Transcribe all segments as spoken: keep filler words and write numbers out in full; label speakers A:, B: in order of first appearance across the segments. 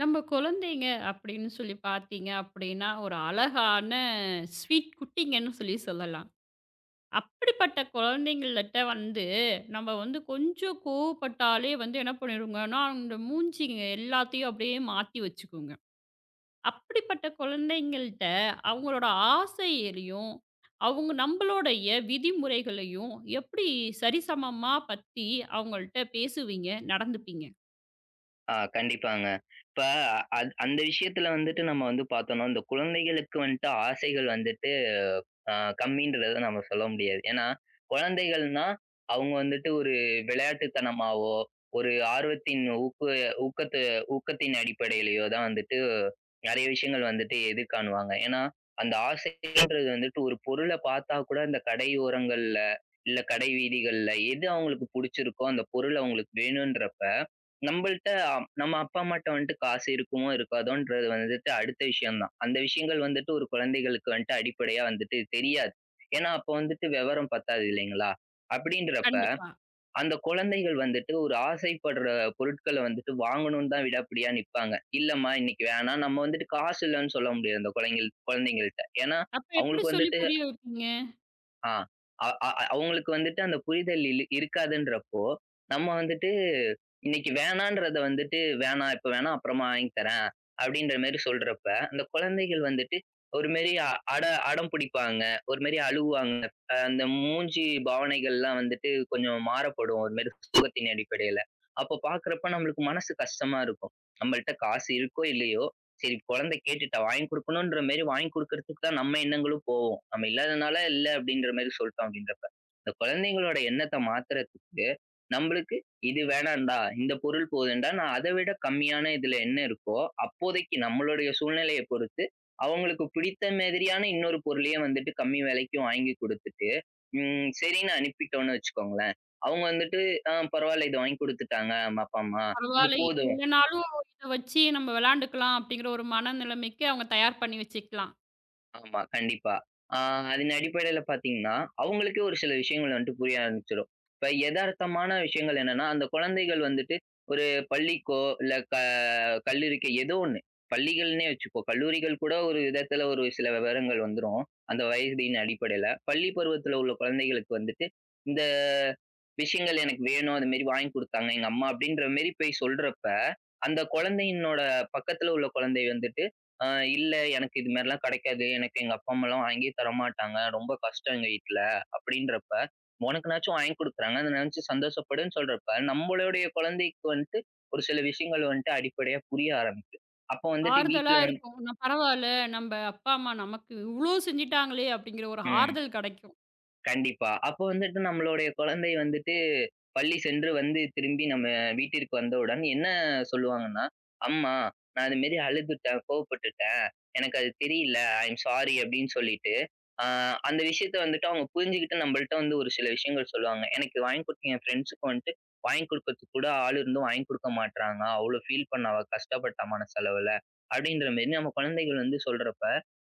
A: நம்ம குழந்தைங்க அப்படின்னு சொல்லி பார்த்தீங்க அப்படின்னா, ஒரு அழகான ஸ்வீட் குட்டிங்கன்னு சொல்லி சொல்லலாம். அப்படிப்பட்ட குழந்தைங்கள்ட்ட வந்து, நம்ம வந்து கொஞ்சம் கோவப்பட்டாலே வந்து என்ன பண்ணிருங்கன்னா, அந்த மூஞ்சிங்க எல்லாத்தையும் அப்படியே மாத்தி வச்சுக்குங்க. அப்படிப்பட்ட குழந்தைங்கள்ட்ட அவங்களோட ஆசைகளையும், அவங்க நம்மளுடைய விதிமுறைகளையும் எப்படி சரிசமமா பத்தி அவங்கள்ட்ட பேசுவீங்க, நடந்துப்பீங்க?
B: ஆ கண்டிப்பாங்க. இப்ப அந் அந்த விஷயத்துல வந்துட்டு நம்ம வந்து பார்த்தோம்னா, இந்த குழந்தைகளுக்கு வந்துட்டு ஆசைகள் வந்துட்டு அ கம்மின்றத நம்ம சொல்ல முடியாது. ஏன்னா, குழந்தைகள்னா அவங்க வந்துட்டு ஒரு விளையாட்டுத்தனமாவோ, ஒரு ஆர்வத்தின் ஊக்கு ஊக்கத்து ஊக்கத்தின் அடிப்படையிலயோ தான் வந்துட்டு நெறைய விஷயங்கள் வந்துட்டு எதிர்காணுவாங்க. ஏன்னா, அந்த ஆசைன்றது வந்துட்டு ஒரு பொருள பார்த்தா கூட அந்த கடையோரங்கள்ல, இல்ல கடை வீதிகள்ல எது அவங்களுக்கு புடிச்சிருக்கோ அந்த பொருள் அவங்களுக்கு வேணுன்றப்ப நம்பள்ட்ட நம்ம அப்பா அம்மாட்ட வந்துட்டு காசு இருக்குமோ இருக்காதோன்றது வந்துட்டு அடுத்த விஷயம் தான். அந்த விஷயங்கள் வந்துட்டு ஒரு குழந்தைகளுக்கு வந்துட்டு அடிப்படையா வந்துட்டு தெரியாது. ஏன்னா, அப்போ வந்துட்டு விவரம் பத்தாது இல்லைங்களா? அப்படின்றப்ப
A: கண்டிப்பா.
B: அந்த குழந்தைகள் வந்துட்டு ஒரு ஆசைப்படுற பொருட்கள வந்துட்டு வாங்கணும்னு தான் விடாப்பிடியா நிப்பாங்க. இல்லம்மா இன்னைக்கு வேணாம். நம்ம வந்துட்டு காசு இல்லன்னு சொல்ல முடியாது அந்த குழந்தைகள் குழந்தைங்கள்ட்ட. ஏன்னா,
A: அப்ப எப்படி
B: அவங்களுக்கு
A: சொல்லி
B: வந்துட்டு
A: புரிய வைப்பீங்க?
B: ஆ. அ அ அ- அவங்களுக்கு வந்துட்டு அந்த புரிதல் இல் இருக்காதுன்றப்போ, நம்ம வந்துட்டு இன்னைக்கு வேணான்றத வந்துட்டு, "வேணாம் இப்ப வேணாம், அப்புறமா வாங்கி தரேன்." அப்படின்ற மாரி சொல்றப்ப, அந்த குழந்தைகள் வந்துட்டு ஒரு மாரி அ அட அடம் பிடிப்பாங்க. ஒரு மாரி அழுவாங்க. அ அந்த மூஞ்சி பாவனைகள்லாம் வந்துட்டு கொஞ்சம் மாறப்படும். ஒரு மாரி சோகத்தின் அடிப்படையில. அப்ப பார்க்குறப்ப நம்மளுக்கு மனசு கஷ்டமா இருக்கும். நம்மள்ட்ட காசு இருக்கோ இல்லையோ, சரி குழந்தை கேட்டுட்டா வாங்கி குடுக்கணுன்ற மாரி வாங்கி குடுக்கறதுக்கு தான் நம்ம எண்ணங்களும் நம்ம இல்லாதனால இல்ல அப்படின்ற மாரி சொல்ட்டோம் அப்படின்றப்ப, இந்த குழந்தைங்களோட எண்ணத்த மாத்துறதுக்கு, நம்பளுக்கு இது வேணாம்டா, இந்த பொருள் போதும்டா, நான் அத விட கம்மியான இதுல என்ன இருக்கோ, அப்போதைக்கு நம்மளுடைய சூழ்நிலைய பொறுத்து, அவங்களுக்கு பிடித்த மாதிரியான இன்னொரு பொருளையும் வந்துட்டு கம்மி விலைக்கு வாங்கி குடுத்துட்டு, ம் சரின்னு அனுப்பிட்டோம்னு வச்சுக்கோங்களேன். அவங்க வந்துட்டு, "ஆ பரவால்ல. இத வாங்கி குடுத்துட்டாங்க, நம்ம அப்பா, அம்மா. இது
A: பரவால்ல. இது
B: போதும்."
A: இல்லனாலும் இத வச்சு நம்ம விளையாண்டுக்கலாம் அப்படிங்கிற ஒரு மனநிலைமைக்கு அவங்க தயார் பண்ணி வச்சுக்கலாம்.
B: ஆமா, கண்டிப்பா. ஆ அதன் அடிப்படையில பார்த்தீங்கன்னா, அவங்களுக்கே ஒரு சில விஷயங்கள் வந்துட்டு புரிய ஆரம்பிச்சுரும். இப்ப எதார்த்தமான விஷயங்கள் என்னன்னா, அந்த குழந்தைகள் வந்துட்டு ஒரு பள்ளிக்கோ, இல்ல க கல்லூரிக்கோ ஏதோ ஒண்ணு. பள்ளிகள்ன்னே வச்சுக்கோ. கல்லூரிகள் கூட ஒரு விதத்துல ஒரு சில விவரங்கள் வந்துரும். அந்த வயதின் அடிப்படையில. பள்ளி பருவத்துல உள்ள குழந்தைகளுக்கு வந்துட்டு, இந்த விஷயங்கள் எனக்கு வேணும். அது மாரி வாங்கி குடுத்தாங்க எங்க அம்மா அப்படின்ற மாரி போய் சொல்றப்ப, அந்த குழந்தையினோட பக்கத்துல உள்ள குழந்தை வந்துட்டு ஆ இல்ல எனக்கு இது மாரிலாம் கெடைக்காது. எனக்கு எங்க அப்பா, அம்மாலாம் வாங்கியே தரமாட்டாங்க. ரொம்ப கஷ்டம் எங்க வீட்ல. அப்படின்றப்ப, உனக்குனாச்சும் வாங்கி குடுக்குறாங்க. அத நெனச்சு சந்தோஷப்படுன்னு சொல்றப்ப, நம்மளுடைய குழந்தைக்கு வந்துட்டு ஒரு சில விஷயங்கள் வந்துட்டு அடிப்படையா புரிய ஆரம்பிக்கும். அப்போ வந்துட்டு
A: ஆறுதலா
B: வீட்ல வந்து
A: இருக்கும். நான் பரவால்ல, நம்ம அப்பா, அம்மா நமக்கு இவ்ளோ செஞ்சுட்டாங்களே அப்படிங்கிற ஒரு
B: ம். ம்.
A: ஆறுதல் கெடைக்கும்.
B: கண்டிப்பா. அப்போ வந்துட்டு நம்மளுடைய குழந்தை வந்துட்டு, பள்ளி சென்று வந்து திரும்பி நம்ம வீட்டிற்கு வந்தவுடன் என்ன சொல்லுவாங்கன்னா, "அம்மா, நான் இது மாரி அழுதுட்டேன், கோவப்பட்டுட்டேன். எனக்கு அது தெரியல. ஐ அம் சாரி" அப்படின்னு சொல்லிட்டு, அ அந்த விஷயத்த வந்துட்டு அவங்க புரிஞ்சுகிட்டு நம்மள்ட்ட வந்து ஒரு சில விஷயங்கள் சொல்லுவாங்க. எனக்கு இது வாங்கி குடுத்தீங்க என் ஃப்ரெண்ட்ஸுக்கு வந்துட்டு வாங்கி குடுக்கறதுக்கு கூட ஆள் இருந்தும் வாங்கி குடுக்க மாட்றாங்க. அவ்ளோ ஃபீல் பண்ணா அவ கஷ்டப்பட்டா மனசளவுல. அப்படின்ற மாரி நம்ம குழந்தைகள் வந்து சொல்றப்ப,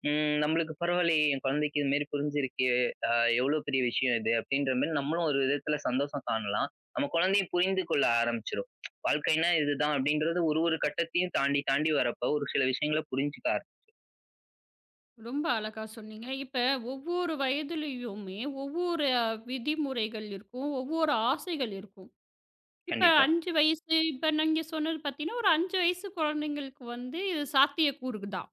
B: ம். நம்மளுக்கு பரவாயில்லையே! என் குழந்தைக்கு இது மாரி புரிஞ்சிருக்கு. அ எவ்ளோ பெரிய விஷயம் இது அப்படின்ற மாரி நம்மளும் ஒரு விதத்துல சந்தோஷம் காணலாம். நம்ம குழந்தையும் புரிந்து கொள்ள ஆரம்பிச்சுரும். வாழ்க்கைன்னா இதுதான் அப்படின்றது ஒரு ஒரு கட்டத்தையும் தாண்டி தாண்டி வரப்போ ஒரு சில விஷயங்கள புரிஞ்சுக்க ஆரம்பிக்கும்.
A: ரொம்ப அழகா சொன்னீங்க. இப்ப ஒவ்வொரு வயதிலயுமே ஒவ்வொரு அஹ், விதிமுறைகள் இருக்கும். ஒவ்வொரு ஆசைகள் இருக்கும். இப்ப
B: கண்டிப்பா.
A: ஐந்து வயசு, இப்ப நீங்க சொன்னது பார்த்தீங்கன்னா, ஒரு ஐந்து வயசு குழந்தைங்களுக்கு வந்து இது சாத்தியக்கூறு தான்.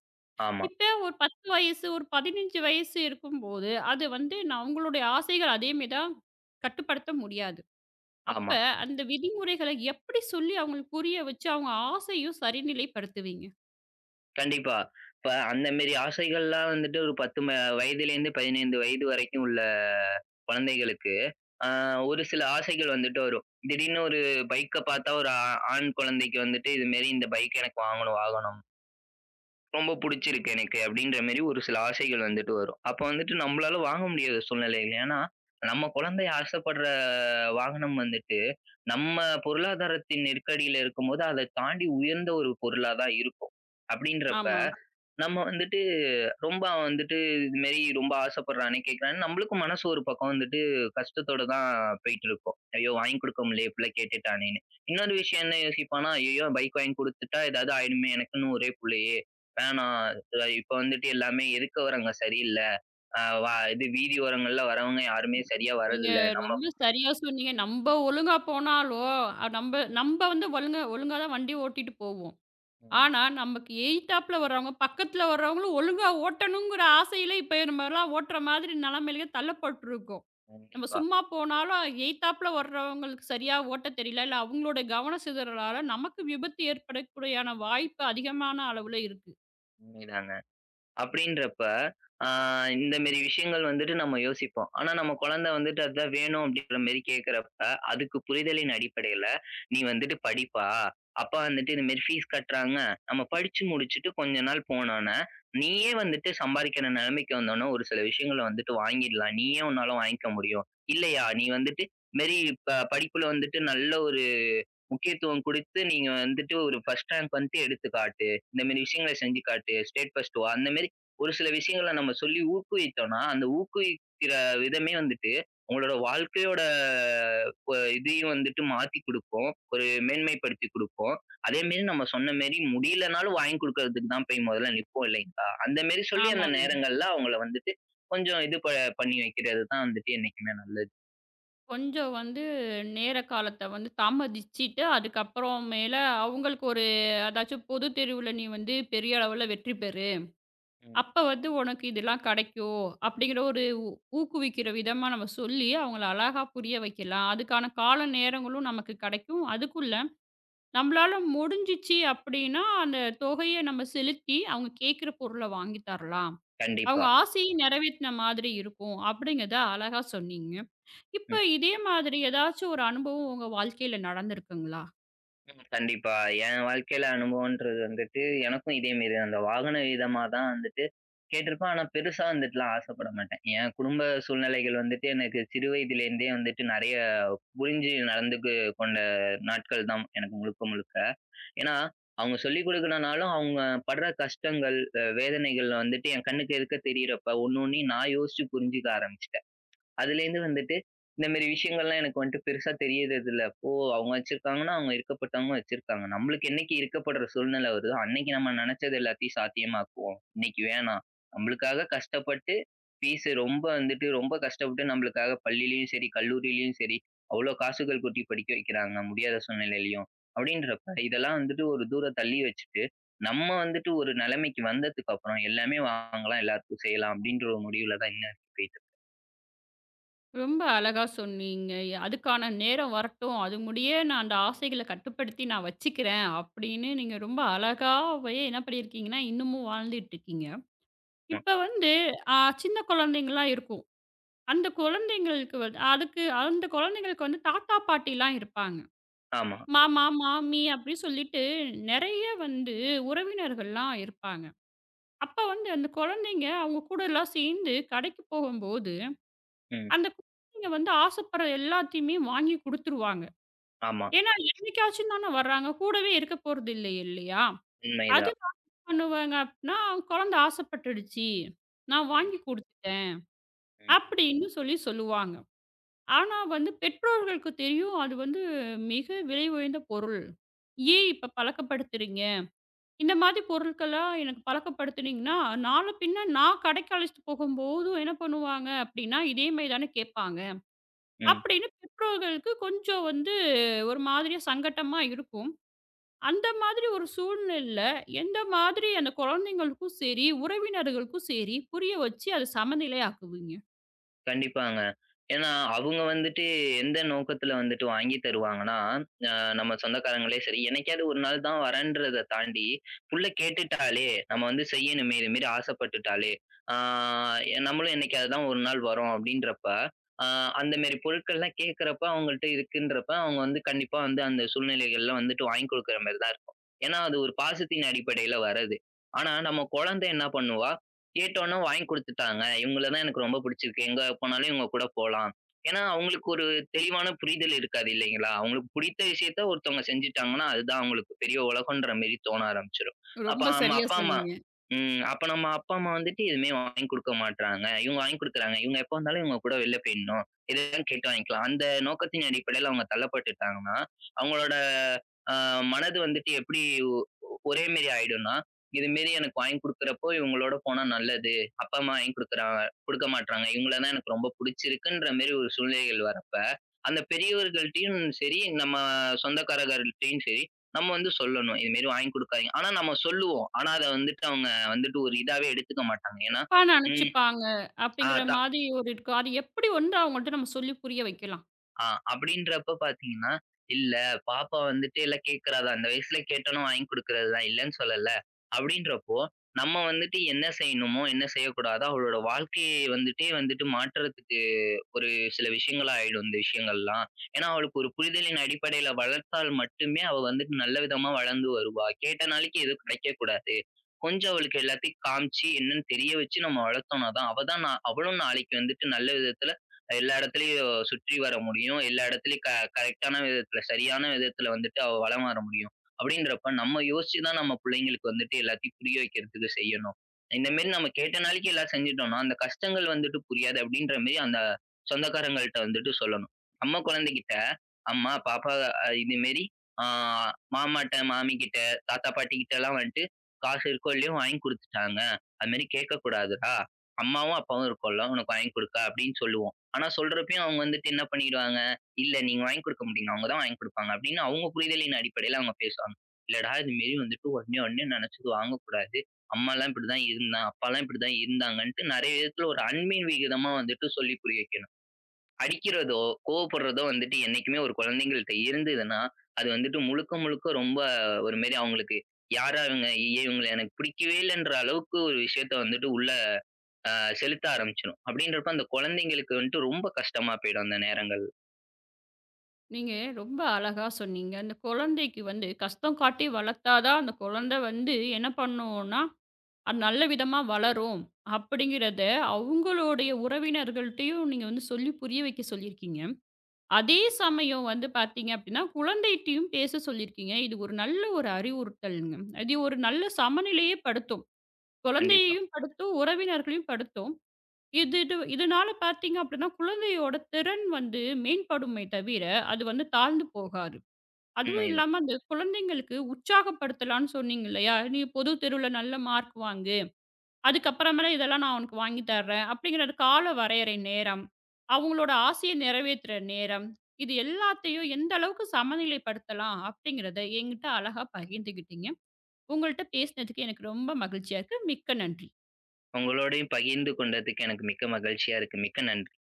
B: ஆமா,
A: இப்ப ஒரு பத்து வயசு, ஒரு பதினைந்து வயசு இருக்கும்போது, அது வந்து நான் அவங்களுடைய ஆசைகள் அதேமாரி தான் கட்டுப்படுத்த முடியாது. அப்ப
B: ஆமா.
A: அந்த விதிமுறைகள எப்படி சொல்லி அவங்களுக்கு புரிய வச்சு, அவங்க ஆசையும் சரிநிலைப்படுத்துவீங்க?
B: கண்டிப்பா. இப்ப அந்த மாரி ஆசைகள்லாம் வந்துட்டு ஒரு பத்து ம வயதிலேருந்து பதினைந்து வயது வரைக்கும் உள்ள குழந்தைகளுக்கு, அ ஒரு சில ஆசைகள் வந்துட்டு வரும். திடீர்னு ஒரு பைக்க பார்த்தா ஒரு ஆ ஆண் குழந்தைக்கு வந்துட்டு இது மாரி இந்த பைக் எனக்கு வாங்கணும், வாங்கணும். ரொம்ப புடிச்சிருக்கு எனக்கு அப்படின்ற மாரி ஒரு சில ஆசைகள் வந்துட்டு வரும். அப்ப வந்துட்டு நம்பளால வாங்க முடியாத சூழ்நிலைகள். ஏன்னா, நம்ம குழந்தை ஆசைப்படுற வாகனம் வந்துட்டு, நம்ம பொருளாதாரத்தின் நெருக்கடியில இருக்கும்போது, அத தாண்டி உயர்ந்த ஒரு பொருளா தான் இருக்கும். அப்படின்றப்ப,
A: ஆமா.
B: நம்ம வந்துட்டு ரொம்ப அவன் வந்துட்டு இது மாரி ரொம்ப ஆசைப்படுறானே, கேட்குறான்னு நம்மளுக்கும் மனசு ஒரு பக்கம் வந்துட்டு கஷ்டத்தோட தான் போயிட்டு இருக்கும். ஐயோ! வாங்கி கொடுக்க முடியலையே புள்ள கேட்டுட்டானேன்னு. இன்னொரு விஷயம் என்ன யோசிப்பான்னா, ஐயையோ! பைக் வாங்கி குடுத்துட்டா ஏதாவது ஆயிடுமே எனக்குன்னு ஒரே புள்ளையே. வேணாம் அ இப்ப வந்துட்டு எல்லாமே இருக்க வரவங்க சரியில்ல. அ வ இது வீதி ஓரங்கள்ல வரவங்க யாருமே சரியா
A: நீங்க
B: வரதில்ல. நம்ம
A: ரொம்ப சரியா சொன்னீங்க. நம்ப ஒழுங்கா போனாலோ, அ நம்ப நம்ப வந்து ஒழுங்கா ஒழுங்கா தான் வண்டி ஓட்டிட்டு போவோம்.
B: ம்.
A: ஆனா, நமக்கு எய்த்தாப்ல வர்றவங்க, பக்கத்துல வர்றவங்களும் ஒழுங்கா ஓட்டணுங்கிற ஆசையில இப்ப நம்மலாம் ஓட்டுற மாதிரி நிலைமையில தள்ளப்பட்டுருக்கோம். நம்ம
B: கண்டிப்பா.
A: சும்மா போனாலும் எய்த்தாப்புல வர்றவங்களுக்கு சரியா ஓட்ட தெரியல. இல்ல அவங்களோட கவன சிதறலால நமக்கு விபத்து ஏற்படக்கூடியான வாய்ப்பு அதிகமான அளவுல இருக்கு.
B: உண்மைதாங்க. அப்படின்றப்ப, ஆ இந்த மேரி விஷயங்கள் வந்துட்டு நம்ம யோசிப்போம். ஆனா நம்ம குழந்தை வந்துட்டு அதான் வேணும் அப்படின்ற மேரி கேட்கிறப்ப, அதுக்கு புரிதலின் அடிப்படையில, "நீ வந்துட்டு படிப்பா, அப்பா வந்துட்டு இந்த மேரி ஃபீஸ் கட்டுறாங்க. நம்ம படிச்சு முடிச்சுட்டு கொஞ்ச நாள் போனோன்ன, நீயே வந்துட்டு சம்பாதிக்கிற நிலைமைக்கு வந்தோன்ன ஒரு சில விஷயங்கள வந்துட்டு வாங்கிடலாம். நீயே உன்னால வாங்கிக்க முடியும். இல்லையா, நீ வந்துட்டு மேரி ப படிப்புல வந்துட்டு நல்ல ஒரு முக்கியத்துவம் குடுத்து நீங்க வந்துட்டு ஒரு ஃபர்ஸ்ட் ரேங்க் வந்துட்டு எடுத்து காட்டு. இந்த மாரி விஷயங்கள செஞ்சு காட்டு. ஸ்டேட் ஃபர்ஸ்ட் வா. அந்த மாரி ஒரு சில விஷயங்கள நம்ம சொல்லி ஊக்குவித்தோம்னா, அந்த ஊக்குவிக்கிற விதமே வந்துட்டு, உங்களோட வாழ்க்கையோட ப இதையும் வந்துட்டு மாத்தி குடுக்கும். ஒரு மேன்மைப்படுத்தி குடுக்கும். அதே மாரி நம்ம சொன்ன மாரி முடியலனாலும் வாங்கி குடுக்கறதுக்கு தான் போய் முதல்ல நிப்போம் இல்லைங்களா? அந்த மாரி சொல்லி அந்த
A: ஆமாங்க.
B: நேரங்கள்ல அவங்கள வந்துட்டு கொஞ்சம் இது ப பண்ணி வைக்கிறது தான் வந்துட்டு என்னைக்குமே நல்லது.
A: கொஞ்சம் வந்து நேர காலத்த வந்து தாமதிச்சுட்டு, அதுக்கப்புறம் மேல அவங்களுக்கு ஒரு அதாச்சும் பொது தேர்வுல நீ வந்து பெரிய அளவுல வெற்றி பெறு.
B: ம்.
A: அப்ப வந்து உனக்கு இதெல்லாம் கிடைக்கும். அப்படிங்கிற ஒரு ஊ ஊக்குவிக்கிற விதமா நம்ம சொல்லி அவங்கள அழகா புரிய வைக்கலாம். அதுக்கான கால நேரங்களும் நமக்கு கிடைக்கும். அதுக்குள்ள நம்மளால முடிஞ்சிச்சு அப்படின்னா, அந்த தொகைய நம்ம செலுத்தி, அவங்க கேட்கிற பொருள வாங்கி தரலாம். அவங்க
B: கண்டிப்பா.
A: ஆசைய நிறைவேத்தின மாதிரி இருக்கும். அப்படிங்கிறத அழகா சொன்னீங்க.
B: ம்.
A: இப்ப இதே மாதிரி ஏதாச்சும் ஒரு அனுபவம் உங்க வாழ்க்கையில நடந்திருக்குங்களா?
B: ம். கண்டிப்பா. என் வாழ்க்கையில அனுபவம்ன்றது வந்துட்டு, எனக்கும் இதே மாரி அந்த வாகன விதமா தான் வந்துட்டு கேட்டிருப்பேன். ஆனா பெருசா வந்துட்டுலாம் ஆசைப்பட மாட்டேன். என் குடும்ப சூழ்நிலைகள் வந்துட்டு எனக்கு சிறு வயதிலேருந்தே வந்துட்டு நெறைய புரிஞ்சு நடந்துக்கு கொண்ட நாட்கள் தான் எனக்கு முழுக்க முழுக்க. ஏன்னா, அவங்க சொல்லிக் குடுக்கலனாலும் அவங்க படுற கஷ்டங்கள், அ வேதனைகள் வந்துட்டு என் கண்ணுக்கு எதுக்க தெரியறப்ப ஒண்ணு ஒண்ணையும் நான் யோசிச்சு புரிஞ்சுக்க ஆரம்பிச்சுட்டேன். அதுலேருந்து வந்துட்டு, இந்த மாரி விஷயங்கள்லாம் எனக்கு வந்துட்டு பெருசா தெரியறதில்ல. ஓ! அவங்க வச்சிருக்காங்கன்னா, அவங்க இருக்கப்பட்டவங்க வச்சிருக்காங்க. நம்மளுக்கு என்னைக்கு இருக்கப்பட்ற சூழ்நிலை வருதோ, அன்னைக்கு நம்ம நெனச்சது எல்லாத்தையும் சாத்தியமாக்குவோம். இன்னைக்கு வேணாம். நம்மளுக்காக கஷ்டப்பட்டு ஃபீஸ் ரொம்ப வந்துட்டு ரொம்ப கஷ்டப்பட்டு நம்மளுக்காக பள்ளியிலயும் சரி, கல்லூரியிலயும் சரி, அவ்ளோ காசுகள் கொட்டி படிக்க வைக்கிறாங்க, முடியாத சூழ்நிலையிலயும். அப்படின்றப்ப, இதெல்லாம் வந்துட்டு ஒரு தூரம் தள்ளி வச்சுட்டு, நம்ம வந்துட்டு ஒரு நெலைமைக்கு வந்ததுக்கு அப்புறம் எல்லாமே வாங்கலாம், எல்லாருக்கும் செய்யலாம் அப்படின்ற ஒரு முடிவுல தான் இன்ன வரைக்கும் போயிட்டுருக்கோம்.
A: ரொம்ப அழகா சொன்னீங்க. "அதுக்கான நேரம் வரட்டும். அது முடிய நான் அந்த ஆசைகள கட்டுப்படுத்தி நான் வச்சுக்கிறேன்." அப்படின்னு நீங்க ரொம்ப அழகாவே என்ன பண்ணியிருக்கீங்கன்னா, இன்னமும் வாழ்ந்துட்டு இருக்கீங்க. இப்ப வந்து அ சின்ன குழந்தைங்கலாம் இருக்கும். அந்த குழந்தைங்களுக்கு வந்து அதுக்கு அந்த குழந்தைங்களுக்கு வந்து தாத்தா, பாட்டிலாம் இருப்பாங்க.
B: ஆமா.
A: மாமா, மாமி அப்படி சொல்லிட்டு நெறைய வந்து உறவினர்கள்லாம் இருப்பாங்க. அப்ப வந்து அந்த குழந்தைங்க அவங்க கூடலாம் சேர்ந்து கடைக்கு போகும்போது,
B: ம்.
A: அந்த குழந்தைங்க வந்து ஆசைப்படுற எல்லாத்தையுமே வாங்கி குடுத்துருவாங்க.
B: ஆமா.
A: ஏன்னா என்னைக்காச்சும் தானே வர்றாங்க. கூடவே இருக்க போறது இல்லை இல்லையா?
B: உண்மைதான்.
A: அதனால என்ன பண்ணுவாங்க அப்படின்னா, குழந்தை ஆசைப்பட்டுடுச்சு. நான்
B: ம்,
A: வாங்கி குடுத்துட்டேன்
B: ம்,
A: அப்படின்னு சொல்லி சொல்லுவாங்க. ஆனா வந்து பெற்றோர்களுக்கு தெரியும் அது வந்து மிக விலை உயர்ந்த பொருள். ஏன் இப்ப பழக்கப்படுத்துறீங்க? இந்த மாதிரி பொருட்கள்லாம் எனக்கு பழக்கப்படுத்துனீங்கன்னா, நாள பின்ன நான் கடைக்கு அழைச்சிட்டு போகும்போது என்ன பண்ணுவாங்க அப்படின்னா, இதே மாரி தானே கேட்பாங்க.
B: ம்.
A: அப்படின்னு பெற்றோர்களுக்கு கொஞ்சம் வந்து ஒரு மாதிரியா சங்கட்டமா இருக்கும். அந்த மாதிரி ஒரு சூழ்நிலையில எந்த மாதிரி அந்த குழந்தைங்களுக்கும் சரி, உறவினர்களுக்கும் சரி புரிய வச்சு அத சமநிலை ஆக்குவீங்க?
B: கண்டிப்பாங்க. ஏன்னா, அவங்க வந்துட்டு எந்த நோக்கத்துல வந்துட்டு வாங்கி தருவாங்கன்னா, அ நம்ம சொந்தக்காரங்களே சரி, என்னைக்காவது ஒரு நாள் தான் வரேன்றத தாண்டி, புள்ள கேட்டுட்டாளே! நம்ம வந்து செய்யணுமே! இது மாரி ஆசைப்பட்டுட்டாளே! ஆ நம்மளும் என்னைக்காவது தான் ஒரு நாள் வரோம் அப்டின்றப்ப, அ அந்த மாரி பொருட்கள்லாம் கேட்கறப்ப, அவங்கள்ட்ட இருக்குன்றப்ப, அவங்க வந்து கண்டிப்பா வந்து அந்த சூழ்நிலைகள்ல வந்துட்டு வாங்கி குடுக்குற மாரி தான் இருக்கும். ஏன்னா, அது ஒரு பாசத்தின் அடிப்படையில வர்றது. ஆனா, நம்ம குழந்தை என்ன பண்ணுவா? கேட்டோனே வாங்கி குடுத்துட்டாங்க. இவங்கள தான் எனக்கு ரொம்ப புடிச்சிருக்கு. எங்க போனாலும் இவங்க கூட போலாம். ஏன்னா, அவங்களுக்கு ஒரு தெளிவான புரிதல் இருக்காது இல்லைங்களா? அவங்களுக்கு புடித்த விஷயத்த ஒருத்தவங்க செஞ்சுட்டாங்கன்னா, அதுதான் அவங்களுக்கு பெரிய உலகம்ன்ற மாரி தோண ஆரம்பிச்சுரும். அப்ப
A: ரொம்ப
B: நம்ம
A: சரியா
B: அப்பா, அம்மா
A: சொன்னீங்க.
B: ம். அப்ப நம்ம அப்பா, அம்மா வந்துட்டு எதுவுமே வாங்கி குடுக்க மாட்றாங்க. இவங்க வாங்கி குடுக்குறாங்க. இவங்க எப்ப வந்தாலும் இவங்க கூட வெளில போயிடணும். எதுனாலும் கேட்டு வாங்கிக்கலாம். அந்த நோக்கத்தின் அடிப்படையில அவங்க தள்ளப்பட்டுட்டாங்கன்னா, அவங்களோட அ மனது வந்துட்டு எப்படி ஒரே மாரி ஆயிடும்னா, இது மாரி எனக்கு வாங்கி குடுக்குறப்போ இவங்களோட போனா நல்லது. அப்பா, அம்மா வாங்கி குடுக்குறாங்க குடுக்க மாட்றாங்க. இவங்கள தான் எனக்கு ரொம்ப புடிச்சிருக்குன்ற மாரி ஒரு சூழ்நிலைகள் வரப்ப, அந்த பெரியவர்கள்ட்டயும் சரி, நம்ம சொந்தக்காரர்கள்ட்டயும் சரி, நம்ம வந்து சொல்லணும். இது மாரி வாங்கி குடுக்காதீங்க. ஆனா நம்ம சொல்லுவோம். ஆனா அத வந்துட்டு அவங்க வந்துட்டு ஒரு இதாவே எடுத்துக்க மாட்டாங்க. ஏன்னா,
A: தப்பா
B: ம்,
A: நெனச்சுப்பாங்க.
B: ஆ
A: அப்படிங்கிற
B: த
A: மாதிரி ஒரு இருக்கு. அது எப்படி வந்து அவங்கள்ட்ட நம்ம சொல்லி புரிய வைக்கலாம்?
B: ஆ அப்படின்றப்ப பார்த்தீங்கன்னா, இல்ல பாப்பா வந்துட்டு எல்லாம் கேட்கிறா தான். அந்த வயசுல கேட்டோனே வாங்கி குடுக்குறது தான், இல்லன்னு சொல்லல. அப்படின்றப்போ, நம்ம வந்துட்டு என்ன செய்யணுமோ, என்ன செய்யக்கூடாதோ அவளோட வாழ்க்கைய வந்துட்டே வந்துட்டு மாற்றத்துக்கு ஒரு சில விஷயங்களா ஆயிடும் இந்த விஷயங்கள்லாம். ஏன்னா, அவளுக்கு ஒரு புரிதலின் அடிப்படையில வளர்த்தால் மட்டுமே அவ வந்துட்டு நல்ல விதமா வளர்ந்து வருவா. கேட்ட நாளைக்கு எதுவும் கிடைக்கக்கூடாது. கொஞ்சம் அவளுக்கு எல்லாத்தையும் காமிச்சு என்னன்னு தெரிய வச்சு நம்ம வளர்த்தோம்னா தான், அவ தான் நா அவளும் நாளைக்கு வந்துட்டு நல்ல விதத்துல எல்லா இடத்துலயும் சுற்றி வர முடியும். எல்லா இடத்துலயும் க கரெக்ட்டான விதத்துல, சரியான விதத்துல வந்துட்டு அவ வலம் வர முடியும். அப்படின்றப்ப நம்ம யோசிச்சு தான் நம்ம புள்ளைங்களுக்கு வந்துட்டு எல்லாத்தையும் புரிய வைக்கிறதுக்கு செய்யணும். இந்த மாரி நம்ம கேட்ட நாளைக்கு எல்லாம் செஞ்சுட்டோம்னா, அந்த கஷ்டங்கள் வந்துட்டு புரியாது அப்படின்ற மாரி அந்த சொந்தக்காரங்கள்ட்ட வந்துட்டு சொல்லணும். நம்ம குழந்தைகிட்ட, அம்மா, பாப்பா அ இது மாரி ஆ மாமாட்ட, மாமிகிட்ட, தாத்தா, பாட்டிகிட்டலாம் வந்துட்டு காசு இருக்கோ இல்லையோ வாங்கி குடுத்துட்டாங்க. அது மாரி கேட்கக்கூடாதுடா. அம்மாவும், அப்பாவும் இருக்கோம்ல உனக்கு வாங்கி குடுக்க அப்படின்னு சொல்லுவோம். ஆனா சொல்றப்பயும் அவங்க வந்துட்டு என்ன பண்ணிடுவாங்க, "இல்ல நீங்க வாங்கி குடுக்க மாட்டீங்க. அவங்க தான் வாங்கி குடுப்பாங்க." அப்படின்னு அவங்க புரிதலின் அடிப்படையில அவங்க பேசுவாங்க. இல்லடா இது மாரி வந்துட்டு உடனே உடனே நினைச்சது வாங்கக்கூடாது. அம்மாலாம் இப்படிதான் இருந்தா, அப்பாலாம் இப்படிதான் இருந்தாங்கன்ட்டு நெறைய விதத்துல ஒரு அன்பின் விகிதமா வந்துட்டு சொல்லி புரிய வைக்கணும். அடிக்கிறதோ, கோவப்படுறதோ வந்துட்டு என்னைக்குமே ஒரு குழந்தைங்கள்ட்ட இருந்ததுன்னா, அது வந்துட்டு முழுக்க முழுக்க ரொம்ப ஒரு மாரி அவங்களுக்கு யாரா இவங்க? ஐய்யய்ய! இவங்கள எனக்கு பிடிக்கவே இல்லன்ற அளவுக்கு ஒரு விஷயத்த வந்துட்டு உள்ள அ செலுத்த ஆரம்பிச்சுரும். அப்படின்றப்ப அந்த குழந்தைங்களுக்கு வந்துட்டு ரொம்ப கஷ்டமா போயிடும் அந்த நேரங்கள்.
A: நீங்க ரொம்ப அழகா சொன்னீங்க. அந்த குழந்தைக்கு வந்து கஷ்டம் காட்டி வளர்த்தா தான், அந்த குழந்தை வந்து என்ன பண்ணும்னா, அது நல்ல விதமா வளரும். அப்படிங்கிறத அவங்களுடைய உறவினர்கள்ட்டயும் நீங்க வந்து சொல்லி புரிய வைக்க சொல்லியிருக்கீங்க. அதே சமயம் வந்து பார்த்தீங்க அப்படின்னா, குழந்தைட்டயும் பேச சொல்லியிருக்கீங்க. இது ஒரு நல்ல ஒரு அறிவுறுத்தல்ங்க. இது ஒரு நல்ல சமநிலையே படுத்தும்.
B: கண்டிப்பா.
A: குழந்தையையும் படுத்தும், உறவினர்களையும் படுத்தும். இது இது இதனால பார்த்தீங்க அப்படின்னா, குழந்தையோட திறன் வந்து மேம்படுமே தவிர, அது வந்து தாழ்ந்து போகாது. அதுவும்
B: உண்மைதான்.
A: இல்லாம அந்த குழந்தைங்களுக்கு உற்சாகப்படுத்தலான்னு சொன்னீங்க இல்லையா? "நீ பொது தேர்வுல நல்ல மார்க் வாங்கு. அதுக்கப்புறமேல இதெல்லாம் நான் உனக்கு வாங்கி தர்றேன்." அப்படிங்கிற கால வரையறை நேரம், அவங்களோட ஆசைய நிறைவேத்துற நேரம், இது எல்லாத்தையும் எந்த அளவுக்கு சமநிலைப்படுத்தலாம் அப்படிங்கிறத என்கிட்ட அழகா பகிர்ந்துக்கிட்டீங்க. உங்கள்ட்ட பேசினதுக்கு எனக்கு ரொம்ப மகிழ்ச்சியா இருக்கு. மிக்க நன்றி.
B: உங்களோடையும் பகிர்ந்து கொண்டதுக்கு எனக்கு மிக்க மகிழ்ச்சியா இருக்கு. மிக்க நன்றி.